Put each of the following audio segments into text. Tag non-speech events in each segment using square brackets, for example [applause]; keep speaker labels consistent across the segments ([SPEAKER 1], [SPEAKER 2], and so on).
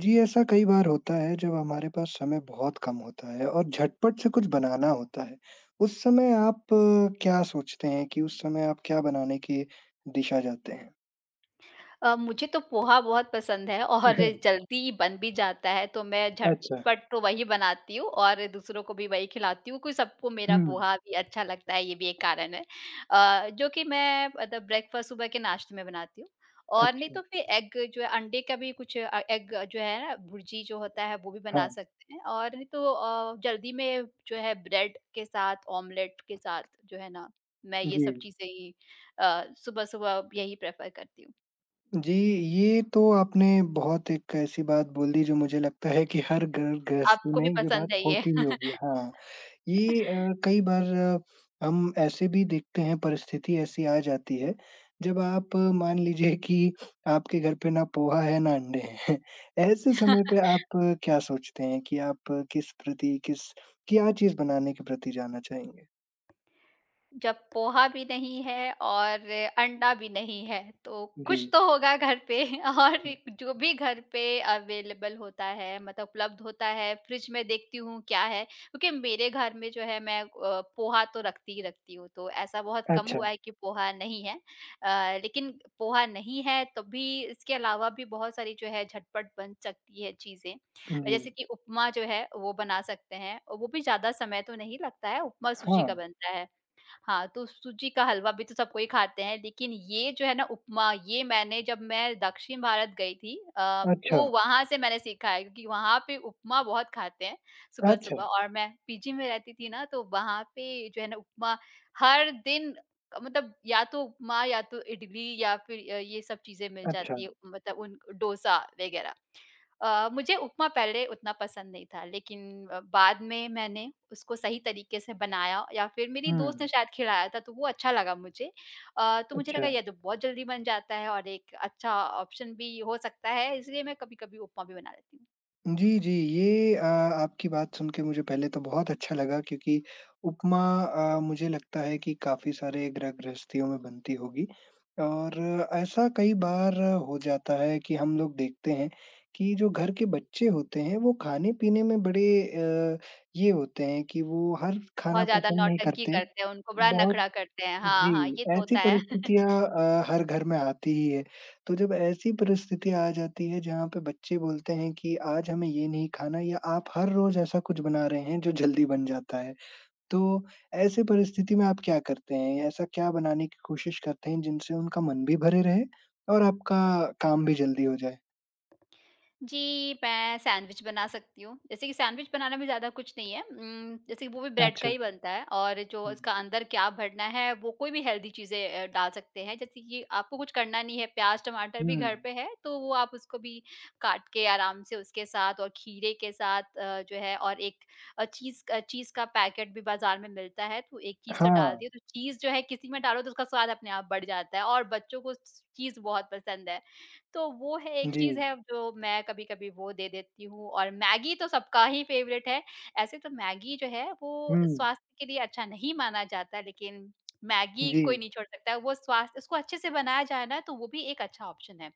[SPEAKER 1] जी, ऐसा कई बार होता है जब हमारे पास समय बहुत कम होता है और झटपट से कुछ बनाना होता है। उस समय आप क्या सोचते हैं कि उस समय आप क्या बनाने की दिशा जाते हैं?
[SPEAKER 2] मुझे तो पोहा बहुत पसंद है और
[SPEAKER 1] [laughs]
[SPEAKER 2] जल्दी बन भी जाता है, तो मैं
[SPEAKER 1] अच्छा।
[SPEAKER 2] झटपट तो वही बनाती हूँ और दूसरों को भी वही खिलाती हूँ, क्योंकि सबको मेरा
[SPEAKER 1] हुँ।
[SPEAKER 2] पोहा भी अच्छा लगता है, ये भी एक कारण है। जो कि मैं मतलब ब्रेकफ़ास्ट सुबह के नाश्ते में बनाती हूँ और नहीं
[SPEAKER 1] अच्छा।
[SPEAKER 2] तो फिर एग जो है अंडे का भी कुछ एग जो है ना भुर्जी जो होता है, वो भी बना
[SPEAKER 1] हाँ।
[SPEAKER 2] सकते हैं और नहीं तो जल्दी में जो है ब्रेड के साथ, ऑमलेट के साथ जो है ना, मैं ये
[SPEAKER 1] जी।
[SPEAKER 2] सब चीज़ें ही सुबह-सुबह यही प्रेफ़र करती हूँ।
[SPEAKER 1] जी, ये तो आपने बहुत एक ऐसी बात बोल दी जो मुझे लगता है कि हर घर गृहस्थी
[SPEAKER 2] आपको
[SPEAKER 1] में
[SPEAKER 2] भी
[SPEAKER 1] ये
[SPEAKER 2] पसंद
[SPEAKER 1] बात
[SPEAKER 2] है ये।
[SPEAKER 1] होती ही होगी, हाँ। ये
[SPEAKER 2] [laughs]
[SPEAKER 1] कई बार हम ऐसे भी देखते हैं परिस्थिति ऐसी आ जाती है, जब आप मान लीजिए कि आपके घर पे ना पोहा है, ना अंडे हैं। [laughs] ऐसे समय पे आप क्या सोचते हैं कि आप अ, किस प्रति किस क्या चीज़ बनाने के प्रति जाना चाहेंगे?
[SPEAKER 2] जब पोहा भी नहीं है और अंडा भी नहीं है, तो
[SPEAKER 1] जी।
[SPEAKER 2] कुछ तो होगा घर पे। [laughs] और जो भी घर पे अवेलेबल होता है मतलब उपलब्ध होता है, फ्रिज में देखती हूँ क्या है, क्योंकि मेरे घर में जो है मैं पोहा तो रखती ही रखती हूँ, तो ऐसा बहुत कम
[SPEAKER 1] अच्छा।
[SPEAKER 2] हुआ है कि पोहा नहीं है। लेकिन पोहा नहीं है तब भी इसके अलावा भी बहुत सारी जो है झटपट बन सकती है चीज़ें।
[SPEAKER 1] जी।
[SPEAKER 2] जैसे कि उपमा जो है वो बना सकते हैं, और वो भी ज़्यादा समय तो नहीं लगता है, उपमा सूजी
[SPEAKER 1] हाँ।
[SPEAKER 2] का बनता है। हाँ, तो सूजी का हलवा भी तो सब कोई खाते हैं, लेकिन ये जो है ना उपमा, ये मैंने जब मैं दक्षिण भारत गई थी
[SPEAKER 1] अच्छा।
[SPEAKER 2] तो वहाँ से मैंने सीखा है, क्योंकि वहाँ पे उपमा बहुत खाते हैं
[SPEAKER 1] अच्छा।
[SPEAKER 2] सुबह-सुबह, और मैं पीजी में रहती थी ना, तो वहाँ पे जो है ना उपमा हर दिन मतलब या तो उपमा या तो इडली या फिर ये सब चीज़ें मिल
[SPEAKER 1] अच्छा।
[SPEAKER 2] जाती है, मतलब उन डोसा वगैरह। मुझे उपमा पहले उतना पसंद नहीं था, लेकिन बाद में मैंने उसको सही तरीके से बनाया या फिर मेरी दोस्त ने
[SPEAKER 1] हुँ।
[SPEAKER 2] शायद खिलाया था, तो वो अच्छा लगा मुझे। तो मुझे लगा
[SPEAKER 1] अच्छा।
[SPEAKER 2] ये तो बहुत जल्दी बन जाता है और एक अच्छा ऑप्शन भी हो सकता है, इसलिए मैं कभी-कभी उपमा भी बना लेती हूँ।
[SPEAKER 1] जी, जी। ये आपकी बात सुन के मुझे पहले तो बहुत अच्छा लगा क्योंकि उपमा मुझे लगता है कि काफ़ी सारे गृह-गृहस्थियों में बनती होगी और ऐसा कई बार हो जाता है कि हम लोग देखते हैं कि जो घर के बच्चे होते हैं, वो खाने-पीने में बड़े ये होते हैं कि वो हर
[SPEAKER 2] बहुत
[SPEAKER 1] खाना
[SPEAKER 2] ज़्यादा
[SPEAKER 1] पसंद नहीं
[SPEAKER 2] नौटंकी
[SPEAKER 1] करते।
[SPEAKER 2] करते हैं, उनको बड़ा नखरा
[SPEAKER 1] बहुत
[SPEAKER 2] करते हैं। हाँ,
[SPEAKER 1] जी,
[SPEAKER 2] हाँ, ये तो
[SPEAKER 1] ऐसी
[SPEAKER 2] होता है।
[SPEAKER 1] परिस्थितियाँ हर घर में आती ही है। तो जब ऐसी परिस्थितियाँ आ जाती है जहाँ पे बच्चे बोलते हैं कि आज हमें ये नहीं खाना या आप हर रोज़ ऐसा कुछ बना रहे हैं जो जल्दी बन जाता है। तो ऐसे परिस्थिति में आप क्या करते हैं? ऐसा क्या बनाने की कोशिश करते हैं जिनसे उनका मन भी भरे रहे और आपका काम भी जल्दी हो जाए?
[SPEAKER 2] जी, मैं सैंडविच बना सकती हूँ। जैसे कि सैंडविच बनाना भी ज़्यादा कुछ नहीं है, जैसे कि वो भी ब्रेड का
[SPEAKER 1] अच्छा।
[SPEAKER 2] ही बनता है, और जो
[SPEAKER 1] हुँ।
[SPEAKER 2] इसका अंदर क्या भरना है, वो कोई भी हेल्दी चीज़ें डाल सकते हैं। जैसे कि आपको कुछ करना नहीं है, प्याज़-टमाटर
[SPEAKER 1] हुँ।
[SPEAKER 2] भी घर पे है, तो वो आप उसको भी काट के आराम से उसके साथ और खीरे के साथ जो है, और एक चीज़ का पैकेट भी बाज़ार में मिलता है, तो एक चीज़ का
[SPEAKER 1] हाँ।
[SPEAKER 2] डाल दिए, तो चीज़ जो है किसी में डालो तो उसका स्वाद अपने आप बढ़ जाता है और बच्चों को स चीज़ बहुत पसंद है। तो वो है एक
[SPEAKER 1] जी।
[SPEAKER 2] चीज़ है, जो मैं कभी-कभी वो दे देती हूँ, और मैगी तो सबका ही फ़ेवरेट है। ऐसे तो मैगी जो है वो
[SPEAKER 1] हुँ।
[SPEAKER 2] स्वास्थ्य के लिए अच्छा नहीं माना जाता, लेकिन मैगी
[SPEAKER 1] जी।
[SPEAKER 2] कोई नहीं छोड़ सकता है। वो स्वास्थ्य उसको अच्छे से बनाया जाए ना तो वो भी एक अच्छा ऑप्शन है।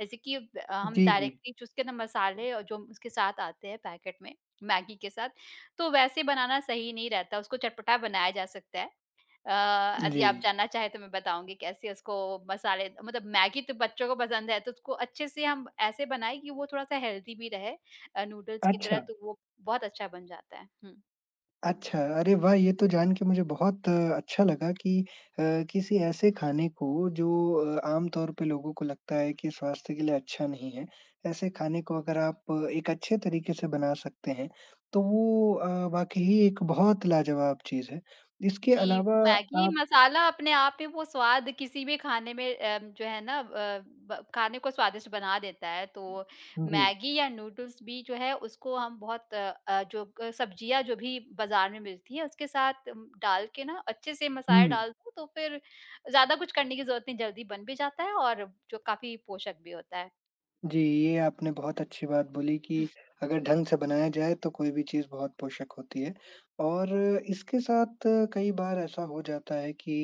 [SPEAKER 2] जैसे कि ब हम
[SPEAKER 1] जी, जी।
[SPEAKER 2] डायरेक्टली उसके ना मसाले और जो उसके साथ आते हैं पैकेट में मैगी के साथ, तो वैसे बनाना सही नहीं रहता, उसको चटपटा बनाया जा सकता है। अ, यदि
[SPEAKER 1] जी।
[SPEAKER 2] आप जानना चाहें तो मैं बताऊँगी कैसे उसको मसाले, मतलब मैगी तो बच्चों को पसंद है, तो उसको अच्छे से हम ऐसे बनाएँ कि वो थोड़ा-सा हेल्दी भी रहे, नूडल्स की
[SPEAKER 1] अच्छा।
[SPEAKER 2] तरह तो वो बहुत अच्छा बन जाता है। हुँ।
[SPEAKER 1] अच्छा, अरे वाह! ये तो जान के मुझे बहुत अच्छा लगा कि अ, किसी ऐसे खाने को जो आम तौर पे लोगों को लगता है कि स्वास्थ्य के लिए अच्छा नहीं है, ऐसे खाने को अगर आप एक अच्छे तरीके से बना सकते हैं, तो वो वाक़ई ही एक बहुत लाजवाब चीज़ है। इसके
[SPEAKER 2] जी,
[SPEAKER 1] अलावा
[SPEAKER 2] मैगी
[SPEAKER 1] आप
[SPEAKER 2] मसाला अपने आप में वो स्वाद किसी भी खाने में जो है ना ब खाने को स्वादिष्ट बना देता है। तो
[SPEAKER 1] जी।
[SPEAKER 2] मैगी या नूडल्स भी जो है उसको हम बहुत जो क सब्जियाँ जो भी बाज़ार में मिलती है उसके साथ डाल के ना अच्छे से मसाले
[SPEAKER 1] हुँ।
[SPEAKER 2] डाल दो तो फिर ज़्यादा कुछ करने की ज़रूरत नहीं, जल्दी बन भी जाता है और जो काफ़ी पोषक भी होता है।
[SPEAKER 1] जी, ये आपने बहुत अच्छी बात बोली कि अगर ढंग से बनाया जाए तो कोई भी चीज़ बहुत पोषक होती है। और इसके साथ कई बार ऐसा हो जाता है कि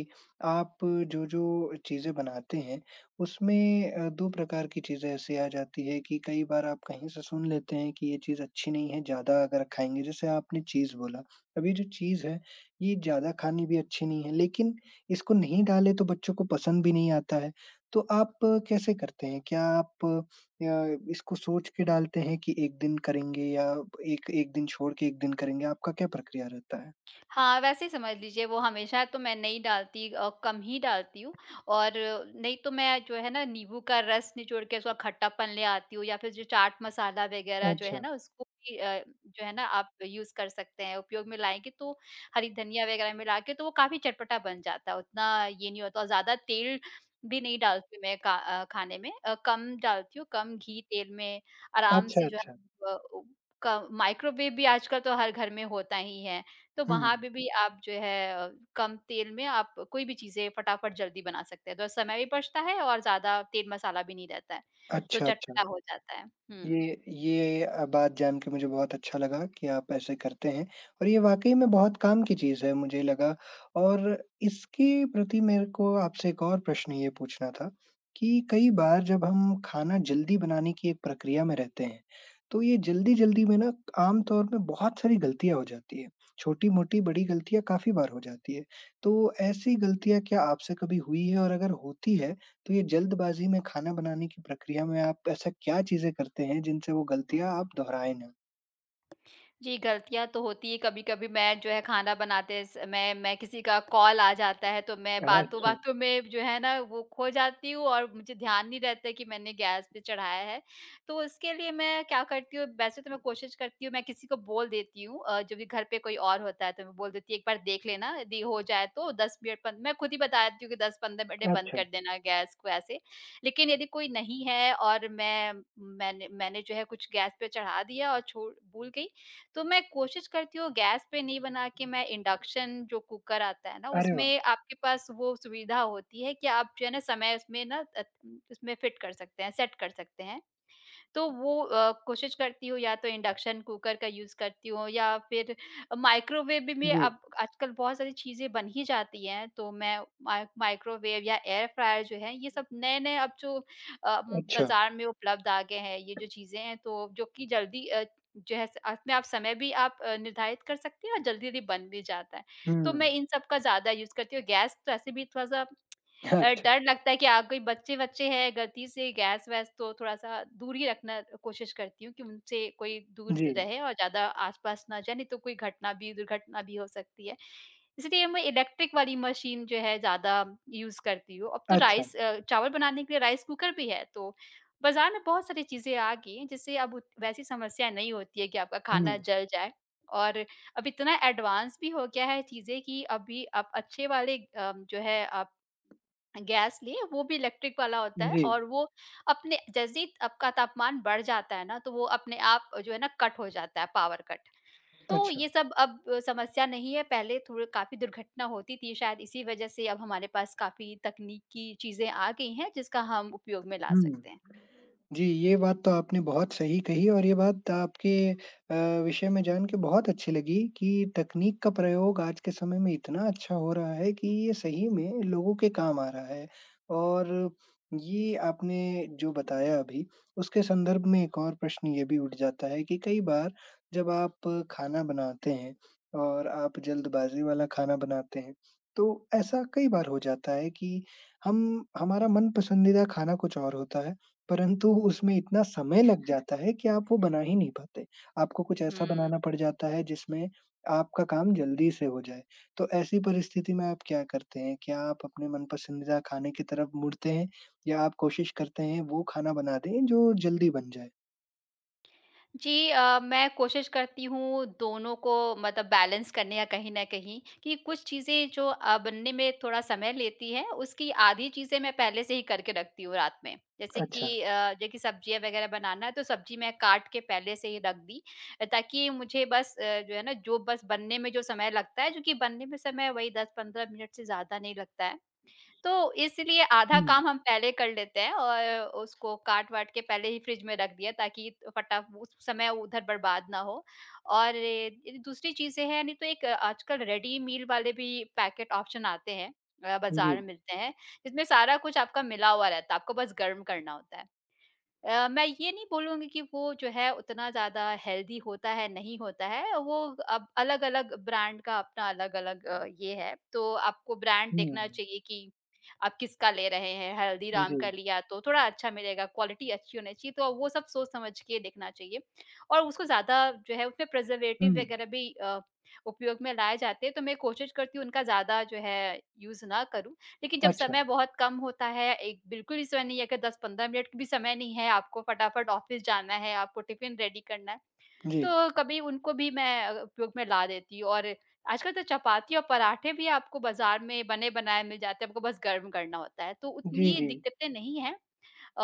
[SPEAKER 1] आप जो-जो चीज़ें बनाते हैं, उसमें 2 प्रकार की चीज़ें ऐसी आ जाती है कि कई बार आप कहीं से सुन लेते हैं कि ये चीज़ अच्छी नहीं है, ज़्यादा अगर खाएँगे, जैसे आपने चीज़ बोला। अब ये जो चीज़ है, ये ज़्यादा खानी भी अच्छी नहीं है, लेकिन इसको नहीं डालें तो बच्चों को पसंद भी नहीं आता है। तो आप कैसे करते हैं? क्या आप या इसको सोच के डालते हैं कि 1 दिन करेंगे या 1 दिन छोड़ के 1 दिन करेंगे? आपका क्या प्रक्रिया रहता है?
[SPEAKER 2] हाँ, वैसे ही समझ लीजिए वो हमेशा तो मैं नहीं डालती, कम ही डालती हूँ, और नहीं तो मैं जो है ना नींबू का रस निचोड़ के उसका खट्टापन ले आती हूँ, या फिर जो चाट मसाला वगैरह जो है
[SPEAKER 1] अच्छा।
[SPEAKER 2] ना उसको भी जो है ना आप यूज़ कर सकते हैं, उपयोग में लाएँगे तो हरी धनिया वगैरह मिला के तो वो काफ़ी चटपटा बन जाता है, उतना ये नहीं होता, और ज़्यादा तेल भी नहीं डालती मैं का खाने में कम डालती हूँ, कम घी तेल में आराम
[SPEAKER 1] अच्छा,
[SPEAKER 2] से जो
[SPEAKER 1] अच्छा।
[SPEAKER 2] है। अ, क माइक्रोवेव भी आजकल तो हर घर में होता ही है। तो
[SPEAKER 1] हुँ।
[SPEAKER 2] वहाँ पे भी आप जो है कम तेल में आप कोई भी चीज़ें फटाफट जल्दी बना सकते हैं। तो समय भी बचता है और ज़्यादा तेल मसाला भी नहीं रहता है, तो
[SPEAKER 1] अच्छा, अच्छा।
[SPEAKER 2] चटपटा हो जाता है।
[SPEAKER 1] ये
[SPEAKER 2] हुँ।
[SPEAKER 1] बात जान के मुझे बहुत अच्छा लगा कि आप ऐसे करते हैं और ये वाक़ई में बहुत काम की चीज़ है मुझे लगा और इसके प्रति मेरे को आपसे एक और प्रश्न ये पूछना था कि कई बार जब हम खाना जल्दी बनाने की एक प्रक्रिया में रहते हैं, तो ये जल्दी-जल्दी में ना आम तौर पे बहुत सारी गलतियाँ हो जाती हैं। छोटी-मोटी बड़ी गलतियाँ काफ़ी बार हो जाती है। तो ऐसी गलतियाँ क्या आपसे कभी हुई है और अगर होती है तो ये जल्दबाज़ी में खाना बनाने की प्रक्रिया में आप ऐसा क्या चीज़ें करते हैं जिनसे वो गलतियाँ आप दोहराए ना?
[SPEAKER 2] जी, गलतियाँ तो होती हैं, कभी-कभी मैं जो है खाना बनाते समय मैं किसी का कॉल आ जाता है, तो मैं
[SPEAKER 1] अच्छा,
[SPEAKER 2] बातों-बातों में जो है ना वो खो जाती हूँ और मुझे ध्यान नहीं रहता कि मैंने गैस पे चढ़ाया है। तो उसके लिए मैं क्या करती हूँ, वैसे तो मैं कोशिश करती हूँ मैं किसी को बोल देती हूँ, जो भी घर पे कोई और होता है तो मैं बोल देती हूँ एक बार देख लेना यदि हो जाए तो 10 मिनट, पन मैं खुद ही बता देती हूँ कि 10-15 मिनट बंद
[SPEAKER 1] अच्छा।
[SPEAKER 2] कर देना गैस को ऐसे। लेकिन यदि कोई नहीं है और मैं मैंने मैंने जो है कुछ गैस पे चढ़ा दिया और छो भूल गई, तो मैं कोशिश करती हूँ गैस पे नहीं बना के, मैं इंडक्शन जो कुकर आता है ना
[SPEAKER 1] अरे वाह!
[SPEAKER 2] उसमें आपके पास वो सुविधा होती है कि आप जो है ना समय उसमें ना उसमें फिट कर सकते हैं, सेट कर सकते हैं। तो वो कोशिश करती हूँ या तो इंडक्शन कुकर का यूज़ करती हूँ, या फिर माइक्रोवेव भी में
[SPEAKER 1] जी।
[SPEAKER 2] अब आजकल बहुत सारी चीज़ें बन ही जाती हैं, तो मैं माइक्रोवेव या एयर फ्रायर जो है, ये सब नए-नए अब जो
[SPEAKER 1] अच्छा।
[SPEAKER 2] बाज़ार में उपलब्ध आ गए हैं, ये जो चीज़ें हैं, तो जो कि जल्दी जो है अपने आप समय भी आप निर्धारित कर सकते हैं और जल्दी-जल्दी बन भी जाता है। तो मैं
[SPEAKER 1] हुँ।
[SPEAKER 2] इन सब का ज़्यादा यूज़ करती हूँ। गैस तो ऐसे भी थोड़ा-सा
[SPEAKER 1] अच्छा।
[SPEAKER 2] डर लगता है कि आप कोई बच्चे-वच्चे हैं, गलती से गैस-वैस तो थोड़ा-सा दूर ही रखना कोशिश करती हूँ कि उनसे कोई दूर
[SPEAKER 1] जी।
[SPEAKER 2] रहे और ज़्यादा आस-पास ना जाए, नहीं तो कोई घटना भी दुर्घटना भी हो सकती है। इसलिए मैं इलेक्ट्रिक वाली मशीन जो है ज़्यादा यूज़ करती हूँ। अब तो
[SPEAKER 1] अच्छा।
[SPEAKER 2] राइस चावल बनाने के लिए राइस कुकर भी है, तो बाज़ार में बहुत सारी चीज़ें आ गई हैं, जिससे अब उत वैसी समस्या नहीं होती है कि आपका
[SPEAKER 1] हुँ।
[SPEAKER 2] खाना जल जाए, और अब इतना एडवांस भी हो गया है चीज़ें कि अभी आप अच्छे वाले जो है आप गैस लिए, वो भी इलेक्ट्रिक वाला होता है
[SPEAKER 1] जी।
[SPEAKER 2] और वो अपने जैसे ही आपका तापमान बढ़ जाता है ना, तो वो अपने आप जो है ना कट हो जाता है, पावर कट। तो
[SPEAKER 1] अच्छा।
[SPEAKER 2] ये सब अब समस्या नहीं है, पहले थोड़े काफ़ी दुर्घटना होती थी, शायद इसी वजह से अब हमारे पास काफ़ी तकनीकी चीज़ें आ गई हैं, जिसका हम उपयोग में ला
[SPEAKER 1] हुँ।
[SPEAKER 2] सकते हैं।
[SPEAKER 1] जी। ये बात तो आपने बहुत सही कही और ये बात आपके अ, विषय में जान के बहुत अच्छी लगी कि तकनीक का प्रयोग आज के समय में इतना अच्छा हो रहा है कि ये सही में लोगों के काम आ रहा है। और ये आपने जो बताया अभी, उसके संदर्भ में एक और प्रश्न ये भी उठ जाता है कि कई बार जब आप खाना बनाते हैं और आप जल्दबाज़ी वाला खाना बनाते हैं, तो ऐसा कई बार हो जाता है कि हम हमारा मन पसंदीदा खाना कुछ और होता है। परंतु उसमें इतना समय लग जाता है कि आप वो बना ही नहीं पाते। आपको कुछ ऐसा बनाना
[SPEAKER 2] हुँ।
[SPEAKER 1] पड़ जाता है जिसमें आपका काम जल्दी से हो जाए। तो ऐसी परिस्थिति में आप क्या करते हैं? क्या आप अपने मन पसंदीदा खाने की तरफ मुड़ते हैं या आप कोशिश करते हैं वो खाना बना दें जो जल्दी बन जाए?
[SPEAKER 2] जी, मैं कोशिश करती हूँ दोनों को मतलब बैलेंस करने, या कहीं न कहीं कि कुछ चीज़ें जो बनने में थोड़ा समय लेती हैं, उसकी आधी चीज़ें मैं पहले से ही करके रखती हूँ रात में। जैसे
[SPEAKER 1] अच्छा।
[SPEAKER 2] कि जैसे कि सब्जियाँ वग़ैरह बनाना है, तो सब्ज़ी मैं काट के पहले से ही रख दी, ताकि मुझे बस जो है ना, जो बस बनने में जो समय लगता है, जो कि बनने में समय वही 10-15 मिनट से ज़्यादा नहीं लगता है। तो इसलिए आधा
[SPEAKER 1] हुँ।
[SPEAKER 2] काम हम पहले कर लेते हैं और उसको काट-वाट के पहले ही फ़्रिज में रख दिया ताकि फटा उस समय उधर बर्बाद ना हो। और दूसरी चीज़ें हैं, नहीं तो एक आजकल रेडी मील वाले भी पैकेट ऑप्शन आते हैं,
[SPEAKER 1] जी।
[SPEAKER 2] बाज़ार में मिलते हैं, जिसमें सारा कुछ आपका मिला हुआ रहता है, आपको बस गर्म करना होता है। मैं ये नहीं बोलूँगी कि वो जो है उतना ज़्यादा हेल्दी होता है, नहीं होता है। वो अब अलग-अलग ब्रांड का अपना अलग-अलग ये है। तो आपको ब्रांड
[SPEAKER 1] हुँ।
[SPEAKER 2] देखना चाहिए कि आप किसका ले रहे हैं। हल्दीराम
[SPEAKER 1] जी।
[SPEAKER 2] का लिया तो थोड़ा अच्छा मिलेगा, क्वालिटी अच्छी होनी चाहिए। तो वो सब सोच समझ के देखना चाहिए, और उसको ज़्यादा जो है उसमें प्रिजर्वेटिव
[SPEAKER 1] हुँ।
[SPEAKER 2] वग़ैरह भी उपयोग में लाए जाते हैं। तो मैं कोशिश करती हूँ उनका ज़्यादा जो है यूज़ ना करूँ। लेकिन जब
[SPEAKER 1] अच्छा।
[SPEAKER 2] समय बहुत कम होता है, एक बिल्कुल भी समय नहीं है, अगर 10-15 मिनट भी समय नहीं है, आपको फटाफट ऑफ़िस जाना है, आपको टिफ़िन रेडी करना है,
[SPEAKER 1] जी।
[SPEAKER 2] तो कभी उनको भी मैं उपयोग में ला देती हूँ, और आजकल तो चपाती और पराठे भी आपको बाज़ार में बने-बनाए मिल जाते हैं, आपको बस गर्म करना होता है, तो
[SPEAKER 1] जी,
[SPEAKER 2] उतनी
[SPEAKER 1] जी।
[SPEAKER 2] दिक्कतें नहीं हैं।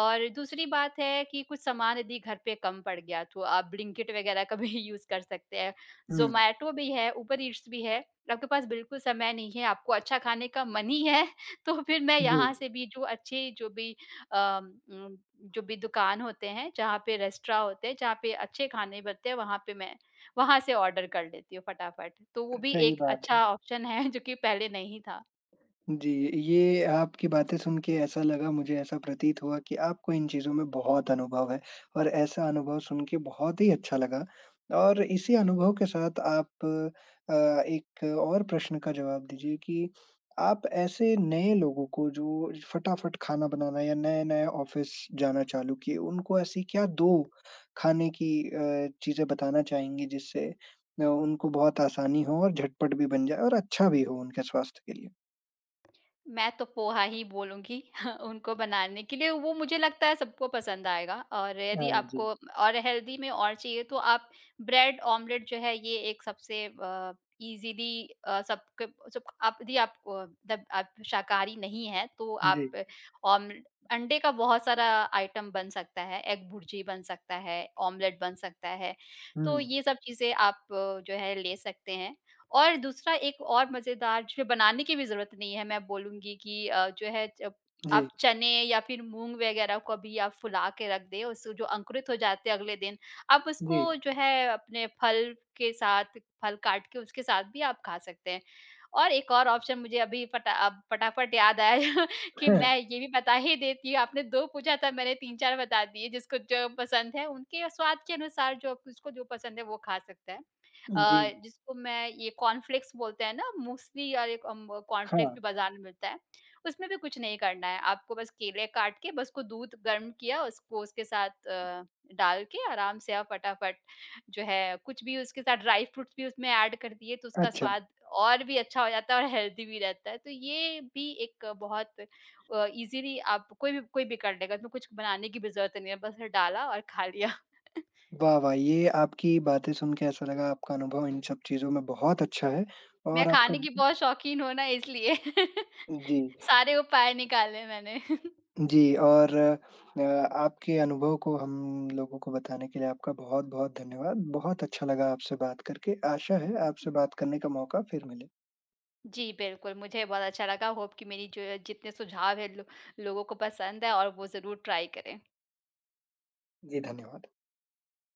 [SPEAKER 2] और दूसरी बात है कि कुछ सामान यदि घर पे कम पड़ गया तो आप ब्लिंकिट वगैरह का [laughs] भी यूज़ कर सकते हैं।
[SPEAKER 1] हुँ।
[SPEAKER 2] ज़ोमैटो भी है, ऊबर ईट्स भी है। आपके पास बिल्कुल समय नहीं है, आपको अच्छा खाने का मन ही है, [laughs] तो फिर मैं
[SPEAKER 1] जी,
[SPEAKER 2] यहाँ से भी जो अच्छे जो भी अम, उम, जो भी दुकान होते हैं, जहाँ पे रेस्टोरेंट होते हैं, जहाँ पे अच्छे खाने बनते हैं, वहाँ पे मैं वहाँ से ऑर्डर कर लेती हूँ फटाफट। तो वो भी
[SPEAKER 1] सही
[SPEAKER 2] एक
[SPEAKER 1] बात है।
[SPEAKER 2] अच्छा ऑप्शन है, [laughs] जो कि पहले नहीं था।
[SPEAKER 1] जी, ये आपकी बातें सुन के ऐसा लगा मुझे ऐसा प्रतीत हुआ कि आपको इन चीज़ों में बहुत अनुभव है और ऐसा अनुभव सुन के बहुत ही अच्छा लगा। और इसी अनुभव के साथ आप अ, एक और प्रश्न का जवाब दीजिए कि आप ऐसे नए लोगों को जो फटाफट खाना बनाना या नए-नए ऑफ़िस जाना चालू किए, उनको ऐसी क्या 2 खाने की चीज़ें बताना चाहेंगी जिससे उनको बहुत आसानी हो और झटपट भी बन जाए और अच्छा भी हो उनके स्वास्थ्य के लिए?
[SPEAKER 2] मैं तो पोहा ही बोलूँगी [laughs] उनको बनाने के लिए, वो मुझे लगता है सबको पसंद आएगा, और यदि
[SPEAKER 1] हाँ
[SPEAKER 2] आपको
[SPEAKER 1] जी,
[SPEAKER 2] और हेल्दी में और चाहिए तो आप ब्रेड ऑमलेट जो है ये एक सबसे ईज़िली सबके सब, आप यदि आप मतलब आप शाकाहारी नहीं हैं तो
[SPEAKER 1] जी।
[SPEAKER 2] आप ऑम अंडे का बहुत सारा आइटम बन सकता है, एग भुर्जी बन सकता है, ऑमलेट बन सकता है। तो
[SPEAKER 1] हुँ,
[SPEAKER 2] ये सब चीज़ें आप जो है ले सकते हैं, और दूसरा एक और मज़ेदार जो बनाने की भी ज़रूरत नहीं है, मैं बोलूँगी कि जो है जब आप
[SPEAKER 1] जी,
[SPEAKER 2] चने या फिर मूँग वग़ैरह को भी आप फुला के रख दें, उस जो अंकुरित हो जाते हैं अगले दिन, आप उसको
[SPEAKER 1] जी,
[SPEAKER 2] जो है अपने फल के साथ फल काट के उसके साथ भी आप खा सकते हैं। और एक और ऑप्शन मुझे अभी फटा अब फटाफट याद आया, [laughs] कि
[SPEAKER 1] हाँ,
[SPEAKER 2] मैं ये भी बता ही देती हूँ, आपने 2 पूछा था, मैंने 3-4 बता दिए, जिसको जो पसंद है, उनके स्वाद के अनुसार जो उसको जो पसंद है वो खा सकता है।
[SPEAKER 1] जी,
[SPEAKER 2] जिसको मैं ये कॉर्नफ्लेक्स बोलते हैं ना, मूसली और एक कॉर्नफ्लेक्स
[SPEAKER 1] हाँ,
[SPEAKER 2] भी बाज़ार में मिलता है, उसमें भी कुछ नहीं करना है, आपको बस केले काट के बस उसको दूध गर्म किया, उसको उसके साथ डाल के आराम से आप फटाफट जो है कुछ भी उसके साथ ड्राई फ्रूट्स भी उसमें ऐड कर दिए तो उसका
[SPEAKER 1] अच्छा।
[SPEAKER 2] स्वाद और भी अच्छा हो जाता है और हेल्दी भी रहता है। तो ये भी एक बहुत ईज़िली आप कोई भी कर लेगा, इसमें कुछ बनाने की भी ज़रूरत नहीं है, बस डाला और खा लिया। [laughs]
[SPEAKER 1] वाह, वाह! ये आपकी बातें सुन के ऐसा लगा आपका अनुभव इन सब चीज़ों में बहुत अच्छा है
[SPEAKER 2] मैं
[SPEAKER 1] और आपका
[SPEAKER 2] खाने की बहुत शौकीन हूँ ना इसलिए। [laughs]
[SPEAKER 1] जी,
[SPEAKER 2] सारे उपाय निकाले मैंने।
[SPEAKER 1] जी और आपके अनुभव को हम लोगों को बताने के लिए आपका बहुत-बहुत धन्यवाद। बहुत अच्छा लगा आपसे बात करके। आशा है आपसे
[SPEAKER 2] [laughs]
[SPEAKER 1] बात करने का मौका फिर मिले।
[SPEAKER 2] जी, बिल्कुल, मुझे बहुत अच्छा लगा, होप कि मेरी जो जितने सुझाव हैं लो लोगों को पसंद आएँ और वो ज़रूर ट्राई करें।
[SPEAKER 1] जी, धन्यवाद।